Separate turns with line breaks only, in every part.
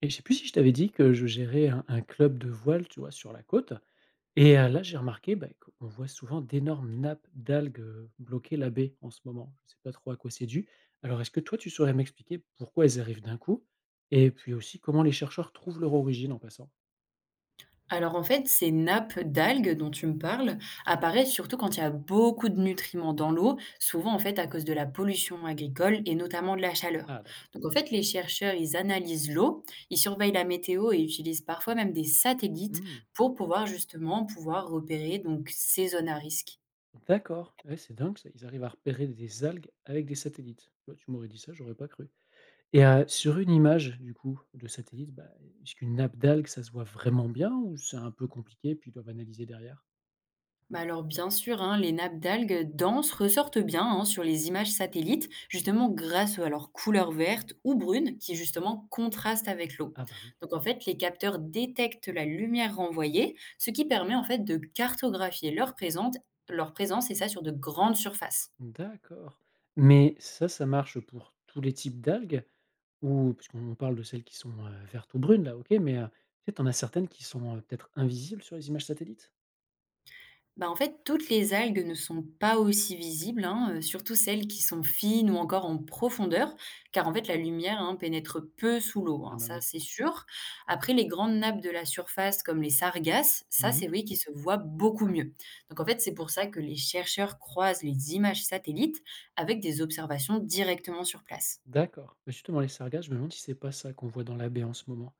Et je sais plus si je t'avais dit que je gérais un club de voile, tu vois, sur la côte et là, j'ai remarqué, bah, qu'on voit souvent d'énormes nappes d'algues, bloquer la baie en ce moment. Je ne sais pas trop à quoi c'est dû. Alors est-ce que toi, tu saurais m'expliquer pourquoi elles arrivent d'un coup? Et puis aussi comment les chercheurs trouvent leur origine en passant?
Alors en fait, ces nappes d'algues dont tu me parles apparaissent surtout quand il y a beaucoup de nutriments dans l'eau, souvent en fait à cause de la pollution agricole et notamment de la chaleur.
Ah d'accord.
Donc en fait, les chercheurs, ils analysent l'eau, ils surveillent la météo et utilisent parfois même des satellites
Mmh,
pour pouvoir justement pouvoir repérer donc ces zones à risque.
d'accord. Ouais, c'est dingue ça, ils arrivent à repérer des algues avec des satellites. Tu vois, tu m'aurais dit ça, j'aurais pas cru. Et sur une image du coup de satellite, bah, est-ce qu'une nappe d'algues, ça se voit vraiment bien ou c'est un peu compliqué puis ils doivent analyser derrière?
Bah alors bien sûr, hein, les nappes d'algues denses ressortent bien hein, sur les images satellites, justement grâce à leur couleur verte ou brune qui justement contraste avec l'eau.
Ah bah, oui.
Donc en fait, les capteurs détectent la lumière renvoyée, ce qui permet en fait de cartographier leur présence et ça sur de grandes surfaces.
D'accord. Mais ça marche pour tous les types d'algues ou parce qu'on parle de celles qui sont, vertes ou brunes là, OK, mais tu sais, tu en certaines qui sont, peut-être invisibles sur les images satellites?
Bah, en fait, toutes les algues ne sont pas aussi visibles, hein, surtout celles qui sont fines ou encore en profondeur, car en fait la lumière hein, pénètre peu sous l'eau,
Ah
hein,
bah,
ça
oui.
c'est sûr. Après, les grandes nappes de la surface comme les sargasses, ça
Mmh.
c'est vrai qu'ils se voient beaucoup mieux. Donc en fait, c'est pour ça que les chercheurs croisent les images satellites avec des observations directement sur place.
D'accord. Bah, justement les sargasses, je me demande si c'est pas ça qu'on voit dans la baie en ce moment.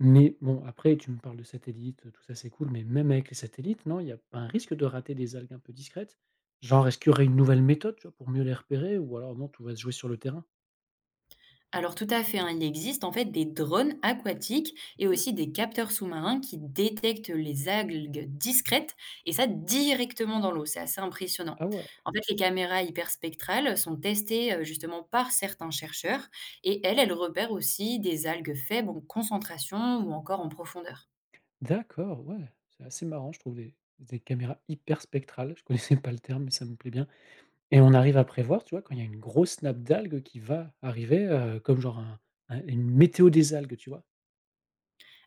Mais bon, après, tu me parles de satellites, tout ça, c'est cool, mais même avec les satellites, non, il y a pas un risque de rater des algues un peu discrètes? Genre, est-ce qu'il y aurait une nouvelle méthode, tu vois, pour mieux les repérer ou alors non, tout va se jouer sur le terrain?
Alors tout à fait, hein, il existe en fait des drones aquatiques et
Cool.
aussi des capteurs sous-marins qui détectent les algues discrètes et ça directement dans l'eau. C'est assez impressionnant.
Ah ouais,
En fait, les caméras hyperspectrales sont testées justement par certains chercheurs et elles, elles repèrent aussi des algues faibles en concentration ou encore en profondeur.
d'accord, ouais, c'est assez marrant, je trouve des caméras hyper spectrales, je connaissais pas le terme, mais ça me plaît bien et on arrive à prévoir, tu vois, quand il y a une grosse nappe d'algues qui va arriver, comme genre un une météo des algues, tu vois?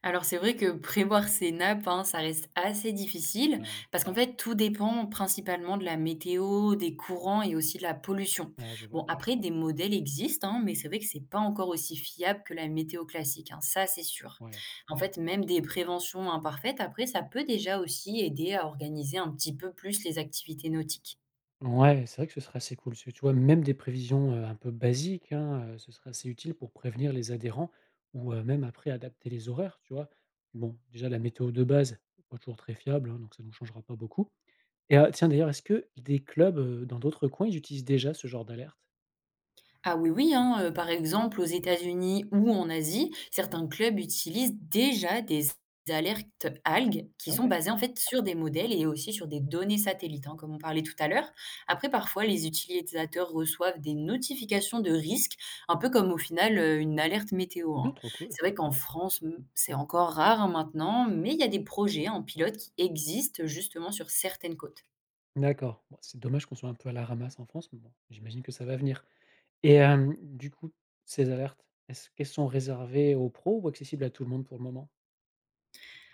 Alors c'est vrai que prévoir ces nappes, hein, ça reste assez difficile
Ouais,
parce qu'en fait tout dépend principalement de la météo, des courants et aussi de la pollution.
ouais, je vois,
Bon après des modèles existent, hein, mais c'est vrai que c'est pas encore aussi fiable que la météo classique, hein, ça c'est sûr.
ouais.
En fait même des préventions imparfaites après ça peut déjà aussi aider à organiser un petit peu plus les activités nautiques.
Ouais, c'est vrai que ce serait assez cool. Parce que tu vois, même des prévisions, un peu basiques, hein, ce serait assez utile pour prévenir les adhérents ou, même après adapter les horaires, tu vois? Bon, déjà la météo de base, pas toujours très fiable, hein, donc ça ne nous changera pas beaucoup et tiens d'ailleurs, est-ce que des clubs, dans d'autres coins, ils utilisent déjà ce genre d'alerte?
Ah oui, oui, hein, par exemple, aux États-Unis ou en Asie, certains clubs utilisent déjà des alertes algues qui
Ah
sont
ouais?
basées, en fait, sur des modèles et aussi sur des données satellites, hein, comme on parlait tout à l'heure. Après, parfois, les utilisateurs reçoivent des notifications de risque un peu comme, au final, une alerte météo, hein.
Non, trop cool.
C'est vrai qu'en France, mmh, c'est encore rare, hein, maintenant, mais il y a des projets en pilote qui existent, justement, sur certaines côtes.
D'accord. Bon, c'est dommage qu'on soit un peu à la ramasse en France, mais bon, j'imagine que ça va venir et du coup, ces alertes, est-ce qu'elles sont réservées aux pros ou accessibles à tout le monde pour le moment?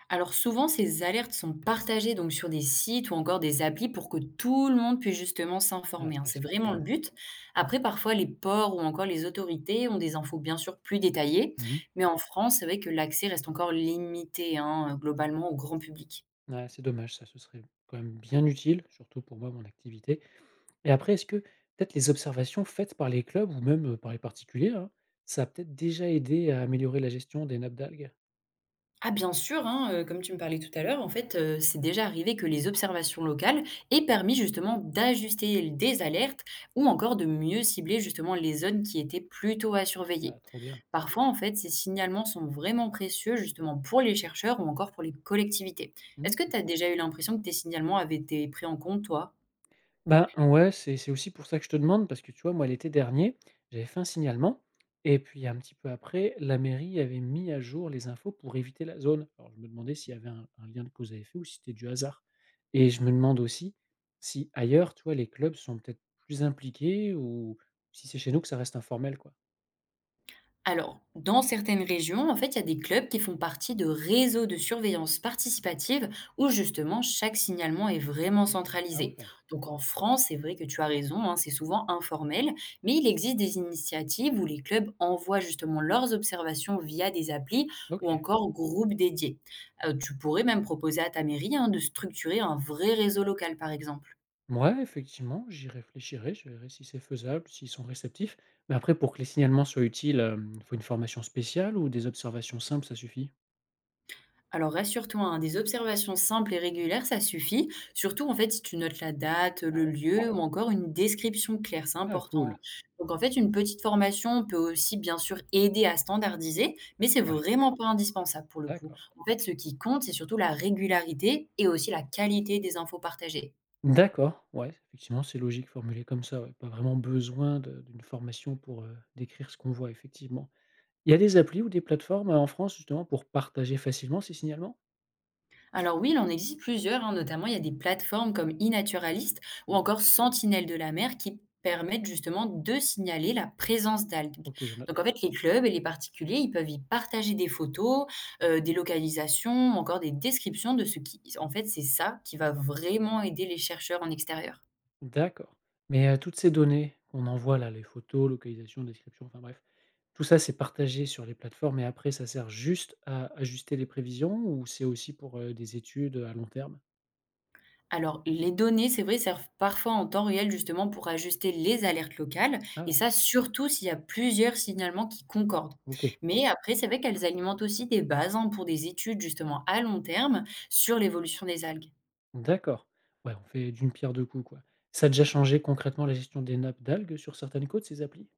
Alors souvent, ces alertes sont partagées donc sur des sites ou encore des applis pour que tout le monde puisse justement
Ah,
s'informer, hein.
c'est
C'est
assez
vraiment
cool.
le but. Après, parfois, les ports ou encore les autorités ont des infos bien sûr plus détaillées,
Mmh.
mais en France, c'est vrai que l'accès reste encore limité hein, globalement au grand public.
Ouais, c'est dommage ça, ce serait quand même bien utile, surtout pour moi, mon activité. Et après, est-ce que peut-être les observations faites par les clubs ou même, par les particuliers, hein, ça a peut-être déjà aidé à améliorer la gestion des nappes d'algues?
Ah bien sûr, hein, comme tu me parlais tout à l'heure, en fait, c'est déjà arrivé que les observations locales aient permis justement d'ajuster des alertes ou encore de mieux cibler justement les zones qui étaient plutôt à surveiller.
Ah, trop bien.
Parfois, en fait, ces signalements sont vraiment précieux justement pour les chercheurs ou encore pour les collectivités. Est-ce que
Mmh.
tu as déjà eu l'impression que tes signalements avaient été pris en compte, toi?
Ben, ouais, c'est aussi pour ça que je te demande parce que tu vois, moi, l'été dernier, j'avais fait un signalement et puis un petit peu après, la mairie avait mis à jour les infos pour éviter la zone. Alors, je me demandais s'il y avait un lien de cause à effet ou si c'était du hasard. Et je me demande aussi si ailleurs, tu vois, les clubs sont peut-être plus impliqués ou si c'est chez nous que ça reste informel, quoi.
Alors, dans certaines régions, en fait, il y a des clubs qui font partie de réseaux de surveillance participative où justement chaque signalement est vraiment
Ah
centralisé.
ouais,
Donc en France, c'est vrai que tu as raison, hein, c'est souvent informel, mais il existe des initiatives où les clubs envoient justement leurs observations via des applis ou
ok.
encore groupes dédiés. Tu pourrais même proposer à ta mairie hein, de structurer un vrai réseau local, par exemple.
Ouais, effectivement, j'y réfléchirai, je verrai si c'est faisable, s'ils sont réceptifs. Mais après, pour que les signalements soient utiles, il faut une formation spéciale ou des observations simples, ça suffit?
Alors rassure-toi, hein, des observations simples et régulières, ça suffit. Surtout, en fait, si tu notes la date, le lieu ou encore une description claire, c'est
Ah
important. Hein.
cool,
Donc, en fait, une petite formation peut aussi, bien sûr, aider à standardiser, mais c'est
ouais,
vraiment pas indispensable pour le coup.
d'accord.
En fait, ce qui compte, c'est surtout la régularité et aussi la qualité des infos partagées.
D'accord, ouais, effectivement, c'est logique formulé comme ça, ouais. Pas vraiment besoin de d'une formation pour, décrire ce qu'on voit, effectivement. Il y a des applis ou des plateformes, en France justement pour partager facilement ces signalements?
Alors oui, il en existe plusieurs, hein, notamment il y a des plateformes comme iNaturalist ou
Ouais,
encore Sentinelle de la mer qui permettent justement de signaler la présence d'algues.
OK, je note.
Donc en fait, les clubs et les particuliers, ils peuvent y partager des photos, des localisations, ou encore des descriptions de ce qui... En fait, c'est ça qui va vraiment aider les chercheurs en extérieur.
D'accord, mais toutes ces données qu'on envoie là, les photos, localisation description enfin bref, tout ça c'est partagé sur les plateformes et après ça sert juste à ajuster les prévisions ou c'est aussi pour, des études, à long terme?
Alors, les données, c'est vrai, servent parfois en temps réel justement pour ajuster les alertes locales,
Ah,
et ça surtout s'il y a plusieurs signalements qui concordent.
OK.
Mais après, c'est vrai qu'elles alimentent aussi des bases hein, pour des études justement à long terme sur l'évolution des algues.
D'accord. Ouais, on fait d'une pierre deux coups, quoi. Ça a déjà changé concrètement la gestion des nappes d'algues sur certaines côtes, ces applis?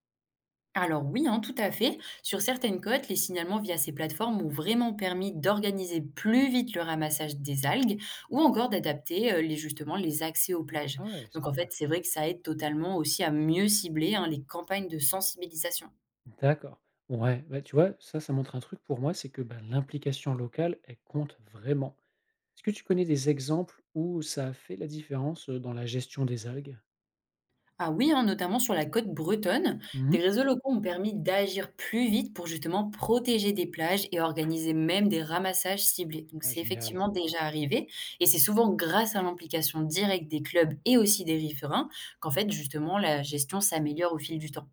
Alors oui, hein, tout à fait. Sur certaines côtes, les signalements via ces plateformes ont vraiment permis d'organiser plus vite le ramassage des algues ou encore d'adapter les, justement les accès aux plages.
Ah ouais, c'est
Donc en fait,
cool.
c'est vrai que ça aide totalement aussi à mieux cibler hein, les campagnes de sensibilisation.
D'accord. Ouais, bah, tu vois, ça montre un truc pour moi, c'est que bah, l'implication locale, elle compte vraiment. Est-ce que tu connais des exemples où ça a fait la différence dans la gestion des algues?
Ah oui, hein, notamment sur la côte bretonne,
Mhm.
des réseaux locaux ont permis d'agir plus vite pour justement protéger des plages et organiser même des ramassages ciblés. Donc
Ah,
c'est
génial.
effectivement déjà arrivé et c'est souvent grâce à l'implication directe des clubs et aussi des riverains qu'en fait justement la gestion s'améliore au fil du temps.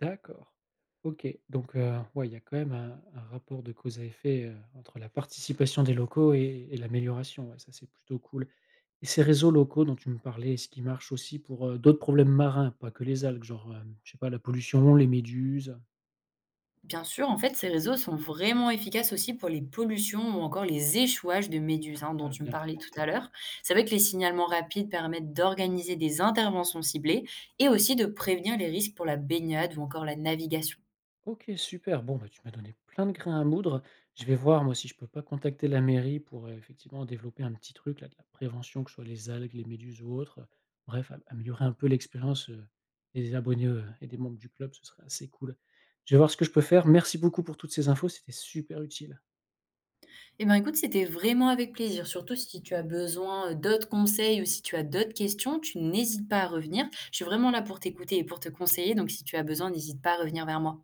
D'accord. OK, donc ouais, il y a quand même un rapport de cause à effet, entre la participation des locaux et l'amélioration, ouais, ça, c'est plutôt cool et ces réseaux locaux dont tu me parlais, est-ce qu'ils marchent aussi pour, d'autres problèmes marins, pas que les algues, genre, je sais pas, la pollution, les méduses?
Bien sûr, en fait, ces réseaux sont vraiment efficaces aussi pour les pollutions ou encore les échouages de méduses hein, dont
Ah
tu me
bien.
parlais tout à l'heure. C'est vrai que les signalements rapides permettent d'organiser des interventions ciblées et aussi de prévenir les risques pour la baignade ou encore la navigation.
OK, super. Bon, bah, tu m'as donné plein de grains à moudre. Je vais voir, moi, si je peux pas contacter la mairie pour, effectivement développer un petit truc là, de la prévention, que ce soit les algues, les méduses ou autres, bref, a améliorer un peu l'expérience, des abonnés, et des membres du club, ce serait assez cool. Je vais voir ce que je peux faire. Merci beaucoup pour toutes ces infos, c'était super utile.
Eh bien écoute, c'était vraiment avec plaisir, surtout si tu as besoin d'autres conseils ou si tu as d'autres questions, tu n'hésites pas à revenir. Je suis vraiment là pour t'écouter et pour te conseiller, donc si tu as besoin, n'hésite pas à revenir vers moi.